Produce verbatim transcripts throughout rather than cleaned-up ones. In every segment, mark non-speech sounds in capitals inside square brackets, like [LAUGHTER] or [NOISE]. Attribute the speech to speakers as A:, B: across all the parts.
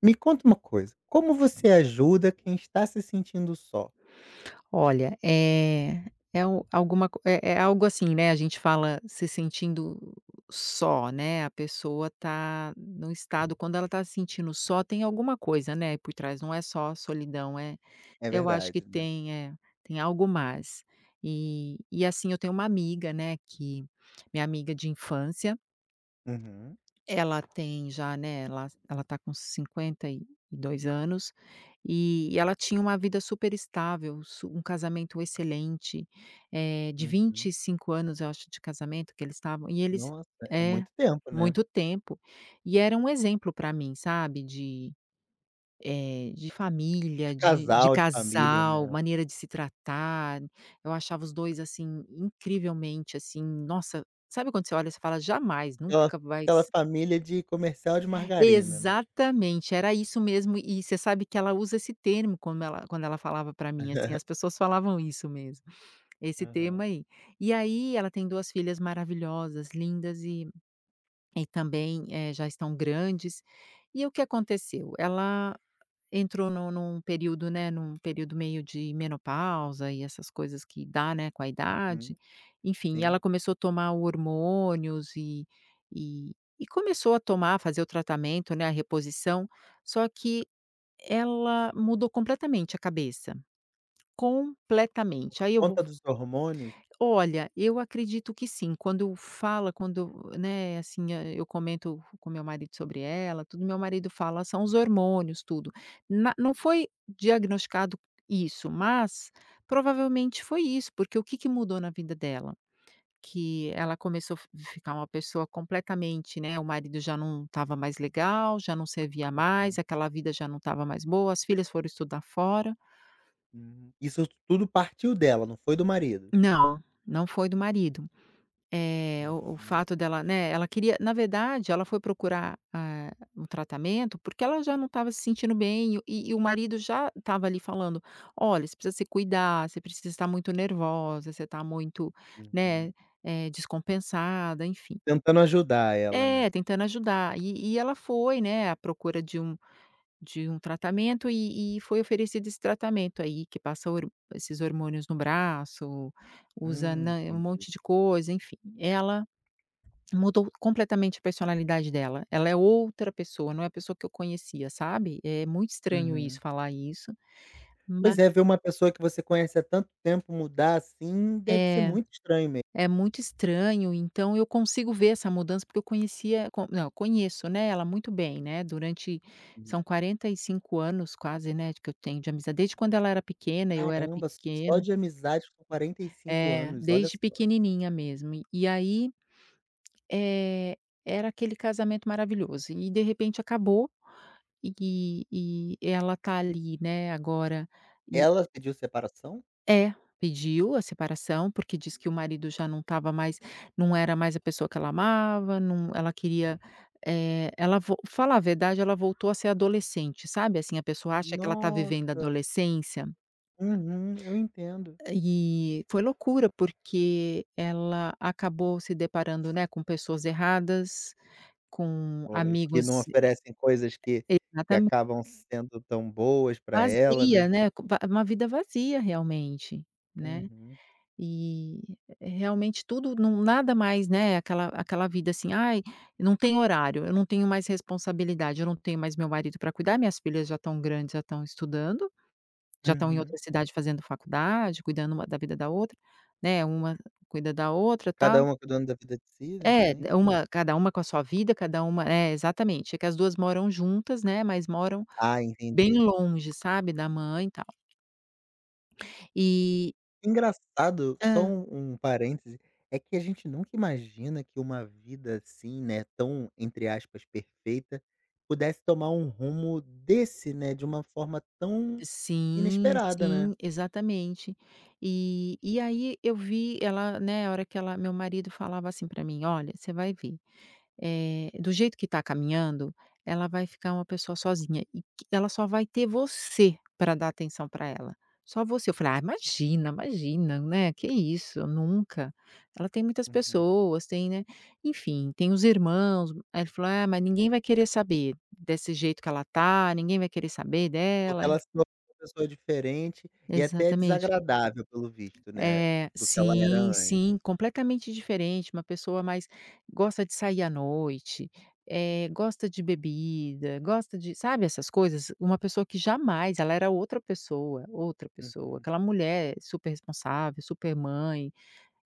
A: Me conta uma coisa, como você ajuda quem está se sentindo só?
B: Olha, é é o alguma co é é algo assim, né, a gente fala se sentindo só, né, a pessoa tá num estado quando ela tá se sentindo só, tem alguma coisa, né, por trás, não é só solidão, é.
A: É
B: Eu acho que
A: verdade, né.
B: tem é, tem algo mais. E e assim, eu tenho uma amiga, né, que minha amiga de infância
A: Uhum,
B: ela tem já, né, ela ela tá com cinquenta e dois anos, e ela tinha uma vida super estável, su um casamento excelente, eh, de vinte e
A: uhum.
B: cinco anos, eu acho, de casamento que eles estavam e eles
A: Nossa, é
B: é,
A: muito tempo, né.
B: muito tempo. E era um exemplo para mim, sabe, de, eh, de família,
A: De
B: de de
A: casal, de família,
B: casal,
A: né.
B: maneira de se tratar. Eu achava os dois assim, incrivelmente, assim, nossa, sabe quando você olha, e você fala: "Jamais,
A: Aquela
B: nunca vai..."
A: aquela família de comercial de margarina, né.
B: Exatamente, era isso mesmo e você sabe que ela usa esse termo, como ela quando ela falava para mim, assim, as
A: [LAUGHS]
B: pessoas falavam isso mesmo, esse termo
A: Aham.
B: aí. E aí ela tem duas filhas maravilhosas, lindas e e também, eh, já estão grandes. E o que aconteceu? Ela Entrou num num período, né, num período meio de menopausa e essas coisas que dá, né, com a idade,
A: Uhum.
B: enfim, ela
A: Sim.
B: começou a tomar hormônios e e e começou a tomar, fazer o tratamento, né, a reposição, só que ela mudou completamente a cabeça, completamente. Aí eu vou...
A: Conta dos hormônios.
B: Olha, eu acredito que sim. Quando fala, quando, né, assim, ah, eu comento com meu marido sobre ela, tudo, meu marido fala: "São os hormônios, tudo". Na Não foi diagnosticado isso, mas provavelmente foi isso, porque o que que mudou na vida dela? Que ela começou a fi ficar uma pessoa completamente, né, o marido já não estava mais legal, já não servia mais,
A: Uhum,
B: aquela vida já não estava mais boa, as filhas foram estudar fora.
A: uhum. Isso tudo partiu dela, não foi do marido?
B: Não, não foi do marido. Eh, o o
A: Uhum,
B: fato dela, né, ela queria, na verdade, ela foi procurar, ah, um tratamento, porque ela já não estava se sentindo bem e e o marido já estava ali falando: "Olha, você precisa se cuidar, você precisa estar muito nervosa, você está muito,
A: uhum.
B: né, eh, descompensada", enfim.
A: Tentando ajudar ela,
B: É,
A: né.
B: tentando ajudar. E e ela foi, né, à procura de um de um tratamento e e foi oferecido esse tratamento aí, que passa hor esses hormônios no braço, usa
A: Hum,
B: na um monte
A: entendi.
B: de coisa, enfim. Ela... Mudou completamente a personalidade dela. Ela é outra pessoa, não é a pessoa que eu conhecia, sabe. É muito estranho isso,
A: Uhum.
B: falar isso, mas
A: Pois é, ver uma pessoa que você conhece há tanto tempo mudar, assim, deve ser
B: é,
A: muito estranho mesmo.
B: é muito estranho, então eu consigo ver essa mudança, porque eu conhecia co não, eu conheço, né, ela muito bem, né, durante são quarenta e cinco anos quase, né, que eu tenho de amizade, desde quando ela era pequena, eu era
A: Caramba, só
B: pequena.
A: de amizade com quarenta e cinco
B: É,
A: anos, olha
B: desde
A: só.
B: pequenininha mesmo. E aí... Eh, era aquele casamento maravilhoso e de repente acabou, e e ela tá ali, né, agora e
A: Ela pediu separação?
B: é, pediu a separação, porque diz que o marido já não estava mais, não era mais a pessoa que ela amava, não, ela queria, eh, ela vo falar a verdade, ela voltou a ser adolescente, sabe, assim, a pessoa acha que ela tá vivendo a
A: Nossa.
B: adolescência,
A: Uhum, eu entendo.
B: e foi loucura, porque ela acabou se deparando, né, com pessoas erradas, com
A: Pois, que não
B: amigos...
A: oferecem coisas que que
B: Exatamente,
A: acabam sendo tão boas pra ela,
B: vazia,
A: né.
B: né, co va uma vida vazia realmente, né.
A: Uhum,
B: E realmente tudo, não nada mais, né, aquela aquela vida assim: "Ai, não tem horário, eu não tenho mais responsabilidade, eu não tenho mais meu marido pra cuidar, minhas filhas já estão grandes, já estão estudando, já estão em
A: uhum.
B: outra cidade fazendo faculdade, cuidando uma da vida da outra, né, uma cuida da outra, tal".
A: Cada uma cuidando da vida de si, né,
B: É,
A: também.
B: uma, cada uma com a sua vida, cada uma é, exatamente. É que as duas moram juntas, né, mas moram
A: Ah,
B: bem
A: entendi.
B: longe, sabe, da mãe e tal. E...
A: Engraçado, só
B: Hã.
A: um um parêntese, é que a gente nunca imagina que uma vida assim, né, tão, entre aspas, "perfeita", pudesse tomar um rumo desse, né, de uma forma tão
B: Sim,
A: inesperada, né.
B: sim, exatamente. E e aí eu vi ela, né, a hora que ela, meu marido falava assim para mim: "Olha, você vai ver, eh, do jeito que tá caminhando, ela vai ficar uma pessoa sozinha e que ela só vai ter você para dar atenção para ela, só você". Eu falei: "Ah, imagina, imagina, né, que isso, nunca. Ela tem muitas
A: Uhum.
B: pessoas, tem, né, enfim, tem os irmãos". Aí ele falou: "Ah, mas ninguém vai querer saber desse jeito que ela tá, ninguém vai querer saber
A: Porque
B: dela".
A: ela se tornou uma pessoa diferente e até
B: Exatamente.
A: desagradável pelo visto, né,
B: É,
A: do que ela era
B: sim,
A: antes.
B: sim, completamente diferente, uma pessoa mais... Gosta de sair à noite, é gosta de bebida, gosta de... Sabe essas coisas? Uma pessoa que jamais, ela era outra pessoa, outra pessoa,
A: Uhum.
B: aquela mulher super responsável, super mãe,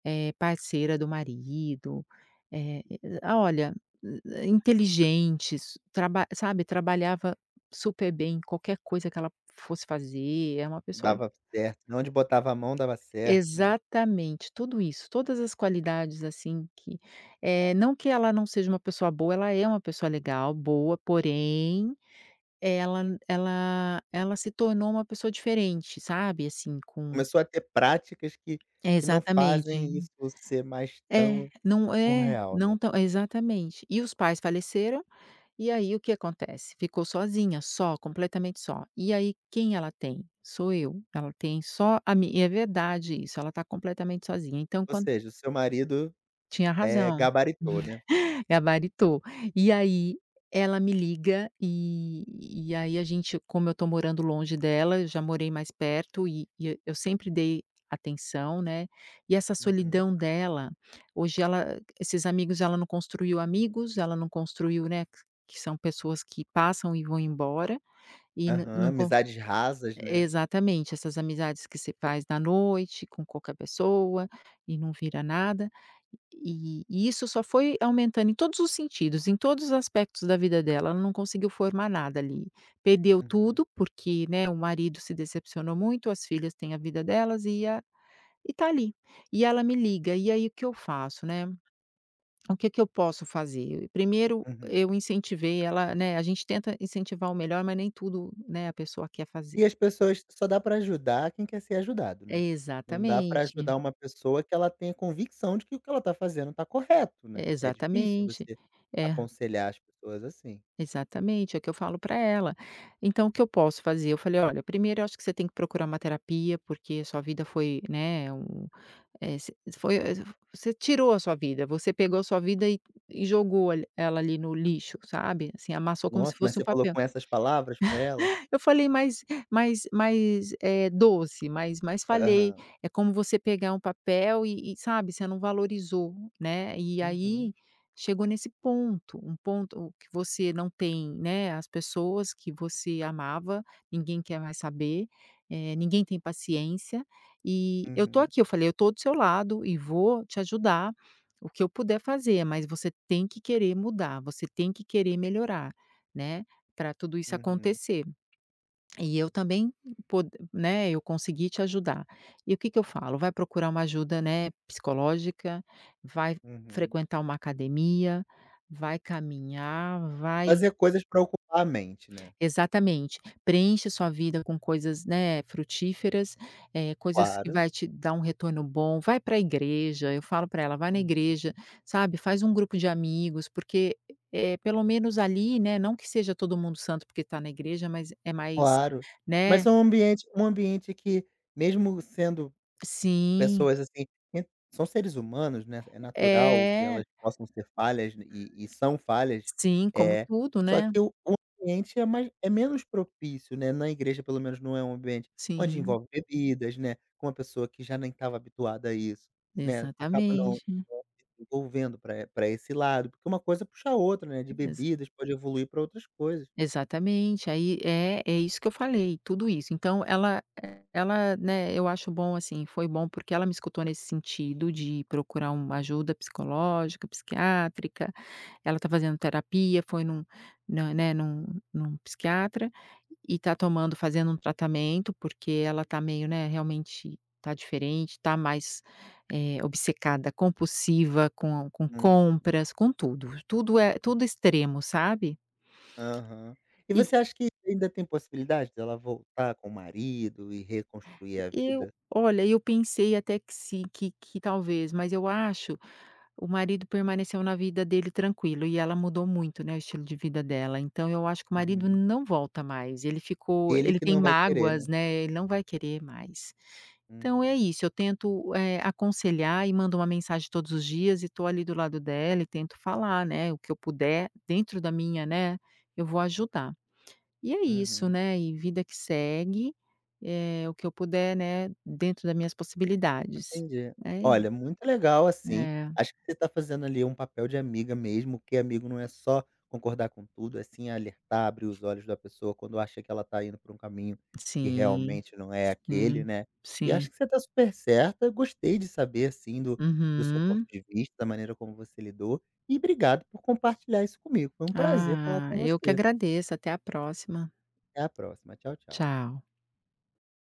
B: eh, parceira do marido, eh, ah, olha, eh, inteligente, su traba sabe, trabalhava super bem em qualquer coisa que ela fosse fazer, é uma pessoa...
A: Dava certo, onde botava a mão dava certo, né.
B: Exatamente, tudo isso, todas as qualidades assim que... eh, não que ela não seja uma pessoa boa, ela é uma pessoa legal, boa, porém, ela ela ela se tornou uma pessoa diferente, sabe, assim, com...
A: Começou a ter práticas que
B: é,
A: que não
B: exatamente.
A: fazem isso ser mais
B: É,
A: tão
B: não
A: Tão
B: é,
A: real, né.
B: não tão exatamente. E os pais faleceram, e aí o que acontece? Ficou sozinha, só, completamente só. E aí quem ela tem? Sou eu. Ela tem só a mim e é verdade isso, ela tá completamente sozinha, então
A: Ou
B: quando...
A: seja, o seu marido,
B: Tinha
A: é,
B: razão.
A: gabaritou, né?
B: Gabaritou. E aí ela me liga e e aí a gente, como eu tô morando longe dela, eu já morei mais perto e e eu sempre dei atenção, né, e essa
A: Uhum.
B: solidão dela, hoje ela, esses amigos, ela não construiu amigos, ela não construiu, né, que são pessoas que passam e vão embora e não
A: Aham,
B: não
A: amizades rasas, né?
B: Exatamente, essas amizades que você faz na noite com qualquer pessoa e não vira nada. E e isso só foi aumentando em todos os sentidos, em todos os aspectos da vida dela, ela não conseguiu formar nada ali. Perdeu
A: Uhum.
B: tudo, porque, né, o marido se decepcionou muito, as filhas têm a vida delas e a e tá ali. E ela me liga, e aí o que eu faço, né, o que que eu posso fazer? Primeiro
A: Uhum.
B: eu incentivei ela, né, a gente tenta incentivar o melhor, mas nem tudo, né, a pessoa quer fazer.
A: E as pessoas só dá pra ajudar quem quer ser ajudado,
B: É,
A: né? Não dá pra
B: exatamente.
A: ajudar uma pessoa que ela tenha convicção de que o que ela tá fazendo tá correto, né?
B: é,
A: É difícil
B: exatamente.
A: você
B: É,
A: aconselhar as pessoas assim.
B: exatamente, é o que eu falo para ela. Então o que eu posso fazer? Eu falei: "Olha, primeiro eu acho que você tem que procurar uma terapia, porque a sua vida foi, né, um... eh, você foi é, você tirou a sua vida, você pegou a sua vida e e jogou al- ela ali no lixo, sabe, assim, amassou como se
A: Nossa, mas
B: fosse um
A: você falou
B: papel".
A: com essas palavras pra ela?
B: Eu falei mais mais mais, eh, doce, mas mas falei,
A: Aham.
B: é como você pegar um papel e e, sabe, você não valorizou, né. E aí,
A: Uhum,
B: chegou nesse ponto, um ponto que você não tem, né, as pessoas que você amava, ninguém quer mais saber, eh, ninguém tem paciência, e eu tô
A: uhum,
B: aqui, eu falei: "Eu tô do seu lado e vou te ajudar, o que eu puder fazer, mas você tem que querer mudar, você tem que querer melhorar, né, para tudo isso
A: uhum,
B: acontecer". E eu também pod né, eu consegui te ajudar. E o que que eu falo? Vai procurar uma ajuda, né, psicológica, vai
A: uhum.
B: frequentar uma academia, vai caminhar, vai...
A: Fazer coisas pra ocupar a mente, né?
B: Exatamente, preenche sua vida com coisas, né, frutíferas, eh, coisas que
A: Claro.
B: vai te dar um retorno bom, vai para a igreja, eu falo para ela: "Vai na igreja", sabe, faz um grupo de amigos, porque, eh, pelo menos ali, né, não que seja todo mundo santo porque está na igreja, mas é mais,
A: Claro.
B: né...
A: Mas é um ambiente um ambiente que, mesmo sendo
B: Sim,
A: pessoas, assim, en são seres humanos, né, é natural que
B: é.
A: elas possam ter falhas e e são falhas,
B: Sim, como
A: é.
B: tudo,
A: Só
B: né.
A: que o o ambiente é mais é menos propício, né, na igreja pelo menos não é um ambiente onde
B: Sim,
A: envolve bebidas, né, com uma pessoa que já nem estava habituada a isso, né, acaba não
B: exatamente.
A: não se envolvendo pra esse lado, porque uma coisa puxa a outra, né, de bebidas pode evoluir para outras coisas.
B: Exatamente, aí é é isso que eu falei, tudo isso. Então ela, eh, ela, né, eu acho bom, assim, foi bom porque ela me escutou nesse sentido de procurar uma ajuda psicológica, psiquiátrica, ela tá fazendo terapia, foi num na né, num num psiquiatra e tá tomando, fazendo um tratamento, porque ela tá meio, né, realmente tá diferente, tá mais, eh, obcecada, compulsiva, com com
A: Hum.
B: compras, com tudo, tudo é tudo extremo, sabe?
A: Aham. E você acha que ainda tem possibilidade dela voltar com o marido e reconstruir a
B: Eu
A: vida?
B: Olha, eu pensei até que sim, que que talvez, mas eu acho, o marido permaneceu na vida dele tranquilo e ela mudou muito, né, o estilo de vida dela, então eu acho que o marido
A: Uhum.
B: não volta mais, ele ficou,
A: Ele
B: ele
A: que
B: tem
A: não vai querer,
B: mágoas,
A: né?
B: né, ele não vai querer mais. Então é
A: Uhum,
B: isso, eu tento, eh, aconselhar e mando uma mensagem todos os dias e estou ali do lado dela e tento falar, né, o que eu puder dentro da minha, né, eu vou ajudar. E é isso,
A: uhum.
B: né, e vida que segue, eh, o que eu puder, né, dentro das minhas possibilidades.
A: Entendi.
B: É
A: Olha, muito legal, assim,
B: é,
A: acho que você está fazendo ali um papel de amiga mesmo, que amigo não é só concordar com tudo, é sim alertar, abrir os olhos da pessoa quando acha que ela está indo por um caminho que
B: sim,
A: realmente não é aquele,
B: sim,
A: né. E
B: sim.
A: acho que você está super certa, gostei de saber, assim, do do seu ponto
B: Uhum.
A: de vista, da maneira como você lidou, e obrigado por compartilhar isso comigo, foi um prazer falar
B: Ah,
A: com
B: eu que
A: você.
B: agradeço, até a próxima.
A: Até a próxima, tchau, tchau.
B: Tchau.